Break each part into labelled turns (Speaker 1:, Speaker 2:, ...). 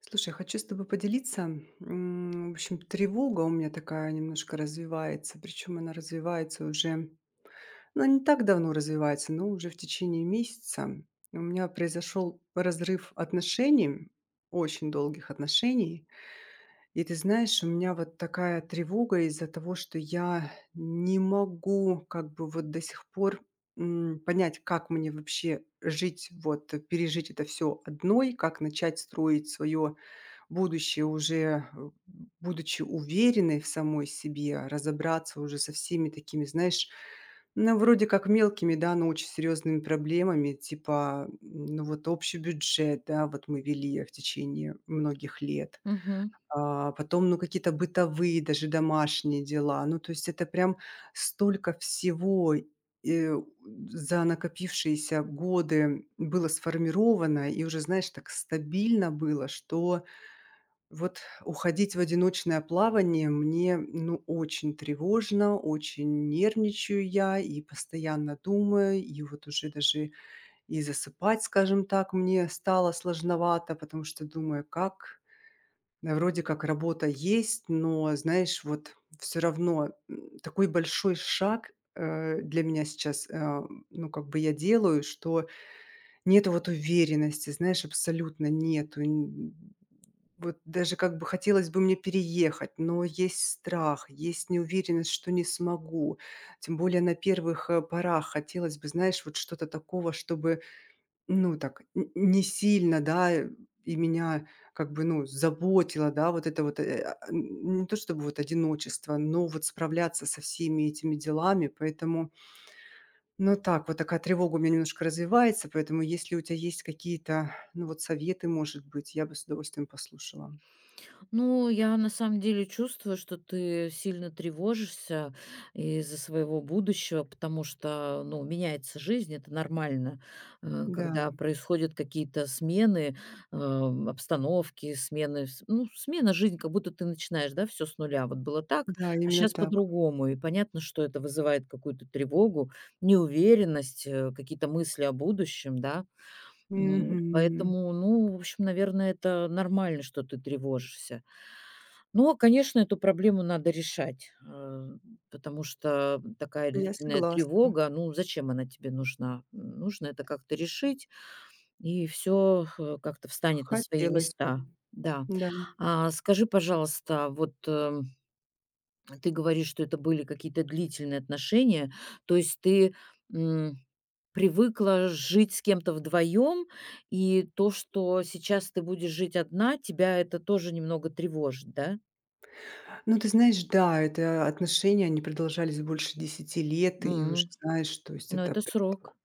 Speaker 1: Слушай, хочу с тобой поделиться. В общем, тревога у меня такая немножко развивается, причем она развивается уже, ну, не так давно развивается, но уже в течение месяца. У меня произошел разрыв отношений, очень долгих отношений. И ты знаешь, у меня вот такая тревога из-за того, что я не могу как бы вот до сих пор понять, как мне вообще жить, вот пережить это все одной, как начать строить свое будущее уже, будучи уверенной в самой себе, а разобраться уже со всеми такими, знаешь, ну, вроде как мелкими, да, но очень серьезными проблемами, типа, ну, вот общий бюджет, да, вот мы вели в течение многих лет.
Speaker 2: Мгм.
Speaker 1: А, потом, ну, какие-то бытовые, даже домашние дела. Ну, то есть это прям столько всего э, за накопившиеся годы было сформировано и уже, знаешь, так стабильно было, что вот уходить в одиночное плавание мне, ну, очень тревожно, очень нервничаю я и постоянно думаю, и вот уже даже и засыпать, скажем так, мне стало сложновато, потому что думаю, как, да, вроде как работа есть, но, знаешь, вот все равно, такой большой шаг, для меня сейчас, ну, как бы я делаю, что нету вот уверенности, знаешь, абсолютно нету. Н Вот даже как бы хотелось бы мне переехать, но есть страх, есть неуверенность, что не смогу. Тем более на первых, порах хотелось бы, знаешь, вот что-то такого, чтобы, ну, так н не сильно, да, и меня как бы, ну, заботило, да, вот это вот, э, а, н не то чтобы вот одиночество, но вот справляться со всеми этими делами. Поэтому ну так, вот такая тревога у меня немножко развивается, поэтому если у тебя есть какие-то, ну, вот советы, может быть, я бы с удовольствием послушала.
Speaker 2: Ну, я на самом деле чувствую, что ты сильно тревожишься из-за своего будущего, потому что, ну, меняется жизнь, это нормально,
Speaker 1: Да,
Speaker 2: когда происходят какие-то смены, обстановки, смены, ну, смена жизни, как будто ты начинаешь, да, все с нуля. Вот было так,
Speaker 1: да,
Speaker 2: а
Speaker 1: именно
Speaker 2: сейчас
Speaker 1: так.
Speaker 2: по-другому. И понятно, что это вызывает какую-то тревогу, неуверенность, какие-то мысли о будущем, да.
Speaker 1: Мгм.
Speaker 2: Поэтому, ну, в общем, наверное, это нормально, что ты тревожишься. Но, конечно, эту проблему надо решать, потому что такая
Speaker 1: Я
Speaker 2: длительная
Speaker 1: согласна.
Speaker 2: тревога, ну, зачем она тебе нужна? Нужно это как-то решить, и все как-то встанет на свои
Speaker 1: Хотелось бы,
Speaker 2: места. Да.
Speaker 1: да.
Speaker 2: А скажи, пожалуйста, вот, ты говоришь, что это были какие-то длительные отношения. То есть ты, м привыкла жить с кем-то вдвоем, и то, что сейчас ты будешь жить одна, тебя это тоже немного тревожит, да?
Speaker 1: Ну, ты знаешь, да, это отношения, они продолжались больше 10 лет, и уже,
Speaker 2: М.
Speaker 1: знаешь, то есть
Speaker 2: Но
Speaker 1: это...
Speaker 2: это срок.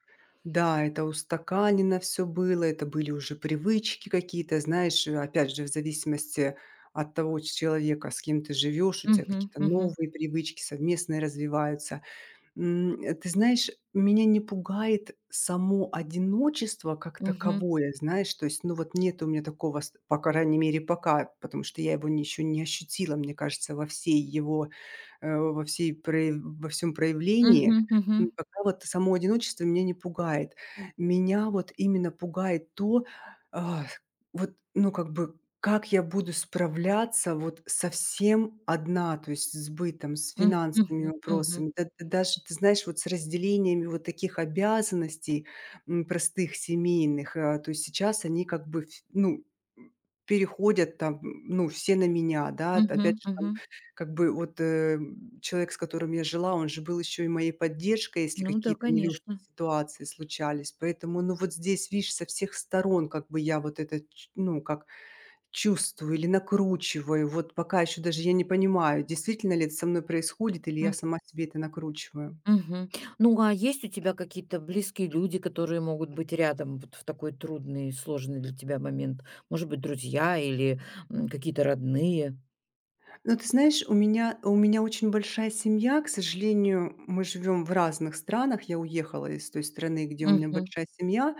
Speaker 1: Да, это устаканено все было, это были уже привычки какие-то, знаешь, опять же, в зависимости от того ч человека, с кем ты живешь, у тебя
Speaker 2: Мгм,
Speaker 1: какие-то
Speaker 2: мгм,
Speaker 1: новые привычки совместные развиваются. Ты знаешь, меня не пугает само одиночество как
Speaker 2: мгм,
Speaker 1: таковое, знаешь, то есть, ну, вот нет у меня такого, ст по крайней мере, пока, потому что я его н еще не ощутила, мне кажется, во всей его во всей прояв во всем проявлении.
Speaker 2: мгм, мгм,
Speaker 1: М, пока вот само одиночество меня не пугает. Меня вот именно пугает то, а, вот, ну, как бы, как я буду справляться вот совсем одна, то есть с бытом, с
Speaker 2: м,
Speaker 1: финансовыми
Speaker 2: мгм, мгм,
Speaker 1: вопросами, да даже, ты знаешь, вот с разделениями вот таких обязанностей, простых семейных. А, то есть сейчас они как бы, ф ну, м, переходят там, ну, все на меня, да. Опять
Speaker 2: мгм,
Speaker 1: же, там
Speaker 2: мгм.
Speaker 1: как бы вот, человек, с которым я жила, он же был еще и моей поддержкой, если
Speaker 2: Ну да,
Speaker 1: какие-то нелегкие
Speaker 2: конечно.
Speaker 1: ситуации случались. Поэтому, ну, вот здесь, видишь, со всех сторон как бы я вот это, ну, как чувствую или накручиваю. Вот пока еще даже я не понимаю, действительно ли это со мной происходит, или я
Speaker 2: М,
Speaker 1: сама себе это накручиваю.
Speaker 2: мгм. Ну, а есть у тебя какие-то близкие люди, которые могут быть рядом вот в такой трудный, сложный для тебя момент? Может быть, друзья или, какие-то родные?
Speaker 1: Ну, ты знаешь, у меня очень большая семья. К сожалению, мы живем в разных странах. Я уехала из той страны, где у меня
Speaker 2: Мгм,
Speaker 1: большая семья.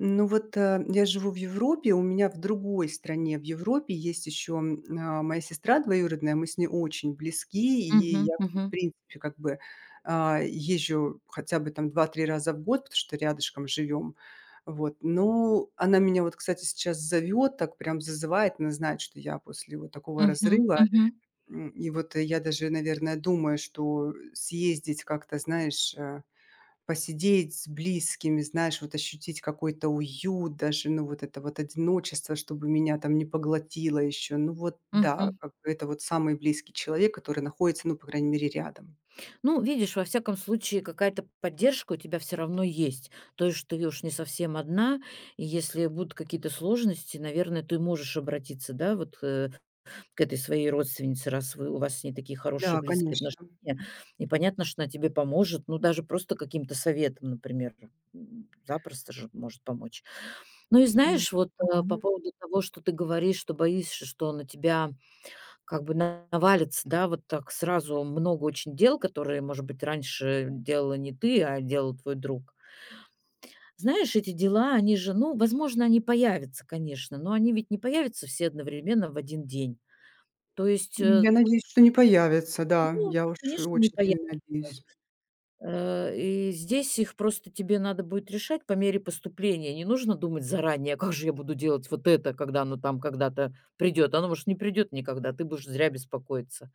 Speaker 1: Но вот, я живу в Европе, у меня в другой стране в Европе есть еще, моя сестра двоюродная. Мы с ней очень близки, и
Speaker 2: мгм,
Speaker 1: я к ней,
Speaker 2: мгм.
Speaker 1: в принципе, как бы, езжу хотя бы там 2-3 раза в год, потому что рядышком живем. Вот, но она меня вот, кстати, сейчас зовет, так прям зазывает. Она знает, что я после вот такого
Speaker 2: Мгм,
Speaker 1: разрыва.
Speaker 2: мгм,
Speaker 1: И вот, я даже, наверное, думаю, что съездить как-то, знаешь, посидеть с близкими, знаешь, вот ощутить какой-то уют, даже, ну, вот это вот одиночество, чтобы меня там не поглотило еще. Ну вот да,
Speaker 2: мгм.
Speaker 1: как бы это вот самый близкий человек, который находится, ну, по крайней мере, рядом.
Speaker 2: Ну, видишь, во всяком случае, какая-то поддержка у тебя все равно есть. То есть ты уж не совсем одна, и если будут какие-то сложности, наверное, ты можешь обратиться, да, вот к этой своей родственнице, раз вы, у вас с ней такие хорошие
Speaker 1: Да,
Speaker 2: близкие
Speaker 1: конечно.
Speaker 2: отношения. И понятно, что она тебе поможет, ну, даже просто каким-то советом, например, запросто же может помочь. Ну и
Speaker 1: М,
Speaker 2: знаешь, вот по
Speaker 1: да.
Speaker 2: поводу того, что ты говоришь, что боишься, что на тебя как бы на навалится, да, вот так сразу много очень дел, которые, может быть, раньше делала не ты, а делал твой друг. Знаешь, эти дела, они же, ну, возможно, они появятся, конечно, но они ведь не появятся все одновременно в один день. То есть,
Speaker 1: Ну, я надеюсь, что не появится, да,
Speaker 2: ну,
Speaker 1: я уж
Speaker 2: конечно, не
Speaker 1: очень
Speaker 2: появятся.
Speaker 1: сильно надеюсь.
Speaker 2: И здесь их просто тебе надо будет решать по мере поступления. Не нужно думать заранее: "Как же я буду делать вот это, когда оно там когда-то придет. Оно, может, не придет никогда, ты будешь зря беспокоиться.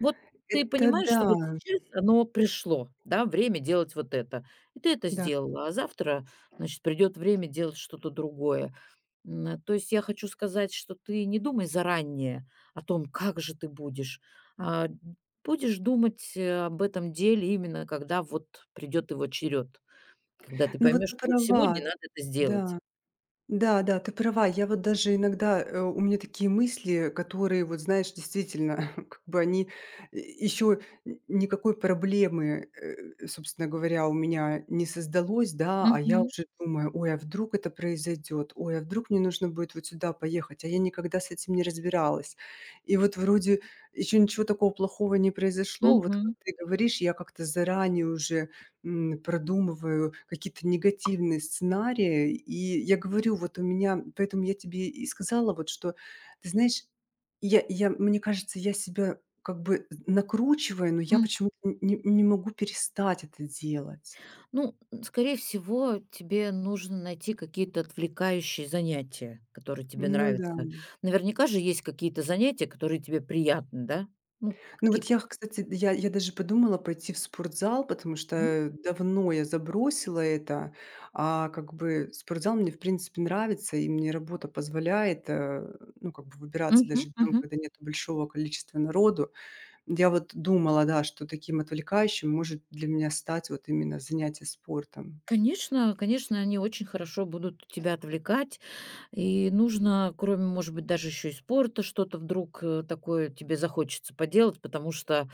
Speaker 2: Вот ты
Speaker 1: Это
Speaker 2: понимаешь,
Speaker 1: да,
Speaker 2: что вот сейчас оно пришло, да, время делать вот это. И ты это
Speaker 1: да.
Speaker 2: сделала, а завтра, значит, придет время делать что-то другое. То есть я хочу сказать, что ты не думай заранее о том, как же ты будешь, а будешь думать, об этом деле именно когда вот придет его черед, когда ты
Speaker 1: Ну, вот
Speaker 2: поймешь,
Speaker 1: ты
Speaker 2: что вот сегодня
Speaker 1: права,
Speaker 2: надо это сделать.
Speaker 1: да. Да, да, ты права. Я вот даже иногда, у меня такие мысли, которые, вот знаешь, действительно, как бы они еще никакой проблемы, собственно говоря, у меня не создалось, да, а я
Speaker 2: Мгм,
Speaker 1: уже думаю, ой, а вдруг это произойдет, ой, а вдруг мне нужно будет вот сюда поехать, а я никогда с этим не разбиралась. И вот вроде еще ничего такого плохого не произошло, вот как
Speaker 2: мгм.
Speaker 1: ты говоришь, я как-то заранее уже продумываю какие-то негативные сценарии. И я говорю, вот у меня поэтому я тебе и сказала, вот что, ты знаешь, я мне кажется, я себя как бы накручиваю, но я почему-то не могу перестать это делать.
Speaker 2: Ну, скорее всего, тебе нужно найти какие-то отвлекающие занятия, которые тебе
Speaker 1: Ну да.
Speaker 2: нравятся. Наверняка же есть какие-то занятия, которые тебе приятны, да? Ну,
Speaker 1: Ну вот
Speaker 2: какие-то,
Speaker 1: я, кстати, я даже подумала пойти в спортзал, потому что,
Speaker 2: м?
Speaker 1: давно я забросила это. Как бы спортзал мне, в принципе, нравится, и мне работа позволяет, ну, как бы выбираться
Speaker 2: Мгм,
Speaker 1: даже днем,
Speaker 2: мгм.
Speaker 1: когда нет большого количества народу. Я вот думала, да, что таким отвлекающим может для меня стать вот именно занятие спортом.
Speaker 2: Конечно, конечно, они очень хорошо будут тебя отвлекать, и нужно, кроме, может быть, даже еще и спорта, что-то вдруг, такое тебе захочется поделать, потому что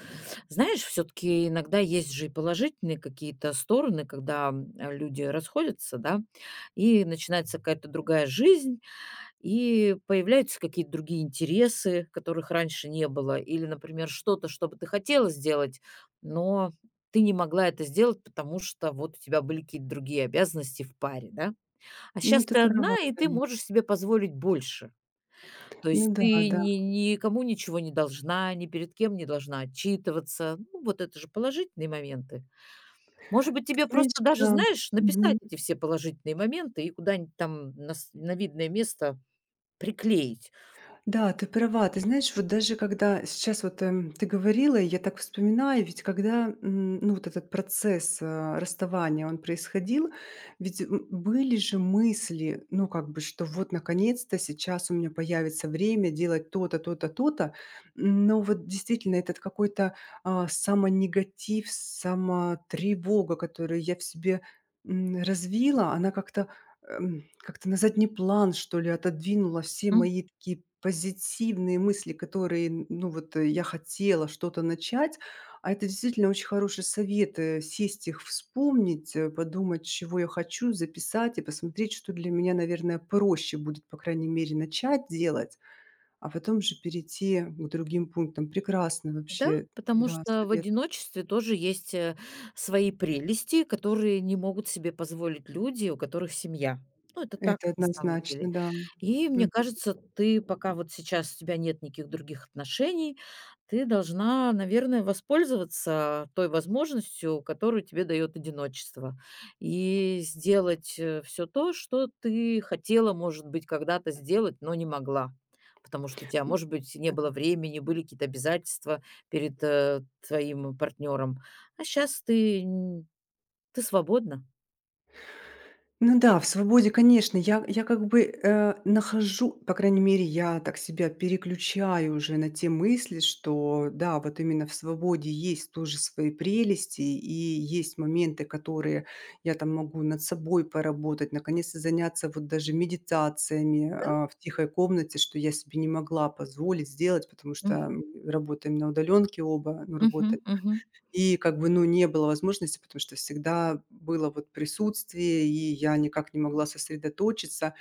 Speaker 2: знаешь, все-таки иногда есть же и положительные какие-то стороны, когда люди расходятся, да, и начинается какая-то другая жизнь, и появляются какие-то другие интересы, которых раньше не было, или, например, что-то, что бы ты хотела сделать, но ты не могла это сделать, потому что вот у тебя были какие-то другие обязанности в паре, да. А
Speaker 1: Ну,
Speaker 2: сейчас
Speaker 1: ты
Speaker 2: ты одна,
Speaker 1: права,
Speaker 2: и
Speaker 1: да.
Speaker 2: ты можешь себе позволить больше. То
Speaker 1: Ну
Speaker 2: есть
Speaker 1: да,
Speaker 2: ты
Speaker 1: да.
Speaker 2: ни никому ничего не должна, ни перед кем не должна отчитываться. Ну, вот это же положительные моменты. Может быть,
Speaker 1: Ты
Speaker 2: тебе просто
Speaker 1: знаешь,
Speaker 2: даже,
Speaker 1: да.
Speaker 2: знаешь,
Speaker 1: Мгм.
Speaker 2: написать эти все положительные моменты и куда-нибудь там на видное место приклеить.
Speaker 1: Да, ты права. Ты знаешь, вот даже когда сейчас вот ты говорила, и я так вспоминаю, ведь когда ну, вот этот процесс расставания, он происходил, ведь были же мысли, ну как бы, что вот наконец-то сейчас у меня появится время делать то-то, то-то, то-то. Но вот действительно этот какой-то самонегатив, самотревога, которую я в себе развила, она как-то как-то на задний план, что ли, отодвинула все мои такие позитивные мысли, которые, ну вот я хотела что-то начать. А это действительно очень хороший совет, сесть их, вспомнить, подумать, чего я хочу, записать и посмотреть, что для меня, наверное, проще будет, по крайней мере, начать делать, а потом же перейти к другим пунктам. Прекрасно
Speaker 2: Да,
Speaker 1: вообще,
Speaker 2: потому
Speaker 1: да,
Speaker 2: что в
Speaker 1: совет.
Speaker 2: одиночестве тоже есть, свои прелести, которые не могут себе позволить люди, у которых семья. Ну, это так,
Speaker 1: Это
Speaker 2: на самом
Speaker 1: однозначно,
Speaker 2: деле.
Speaker 1: да.
Speaker 2: И мне кажется, ты пока вот сейчас у тебя нет никаких других отношений, ты должна, наверное, воспользоваться той возможностью, которую тебе дает одиночество. И сделать, все то, что ты хотела, может быть, когда-то сделать, но не могла. Потому что у тебя, может быть, не было времени, были какие-то обязательства. Перед, твоим партнёром. А сейчас ты свободна.
Speaker 1: Ну да, в свободе, конечно, я как бы, нахожу, по крайней мере, я так себя переключаю уже на те мысли, что да, вот именно в свободе есть тоже свои прелести и есть моменты, которые я там могу над собой поработать, наконец-то заняться вот даже медитациями,
Speaker 2: Да?
Speaker 1: в тихой комнате, что я себе не могла позволить сделать, потому что
Speaker 2: М.
Speaker 1: мы работаем на удалёнке оба, ну,
Speaker 2: Мгм,
Speaker 1: работа
Speaker 2: мгм,
Speaker 1: и как бы, ну, не было возможности, потому что всегда было вот присутствие, и я никак не могла сосредоточиться.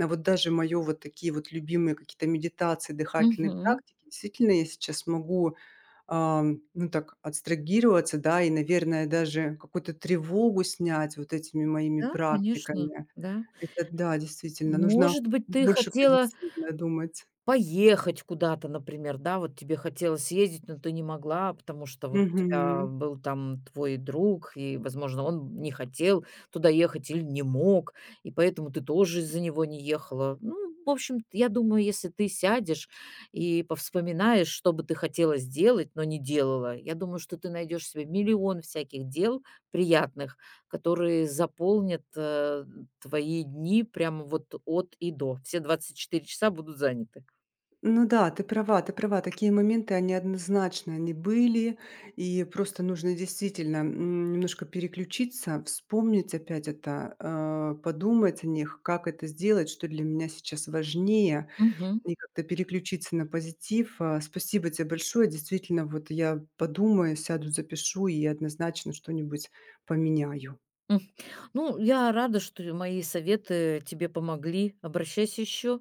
Speaker 1: А вот даже моё вот такие вот любимые какие-то медитации, дыхательные
Speaker 2: мгм.
Speaker 1: практики, действительно, я сейчас могу, ну, так абстрагироваться, да, и, наверное, даже какую-то тревогу снять вот этими моими
Speaker 2: Да, конечно,
Speaker 1: практиками.
Speaker 2: да.
Speaker 1: Это да, действительно, нужно
Speaker 2: Может быть, ты
Speaker 1: больше
Speaker 2: хотела
Speaker 1: позитивно думать.
Speaker 2: поехать куда-то, например, да, вот тебе хотелось съездить, но ты не могла, потому что вот у тебя
Speaker 1: Мгм.
Speaker 2: был там твой друг, и, возможно, он не хотел туда ехать или не мог, и поэтому ты тоже из-за него не ехала. Ну, в общем, я думаю, если ты сядешь и повспоминаешь, что бы ты хотела сделать, но не делала, я думаю, что ты найдешь себе миллион всяких дел приятных, которые заполнят твои дни прямо вот от и до. Все 24 часа будут заняты.
Speaker 1: Ну да, ты права, ты права. Такие моменты, они однозначно, они были. И просто нужно действительно немножко переключиться, вспомнить опять это, подумать о них, как это сделать, что для меня сейчас важнее,
Speaker 2: Мгм.
Speaker 1: и как-то переключиться на позитив. Спасибо тебе большое. Действительно, вот я подумаю, сяду, запишу и однозначно что-нибудь поменяю.
Speaker 2: М. Ну, я рада, что мои советы тебе помогли. Обращайся еще.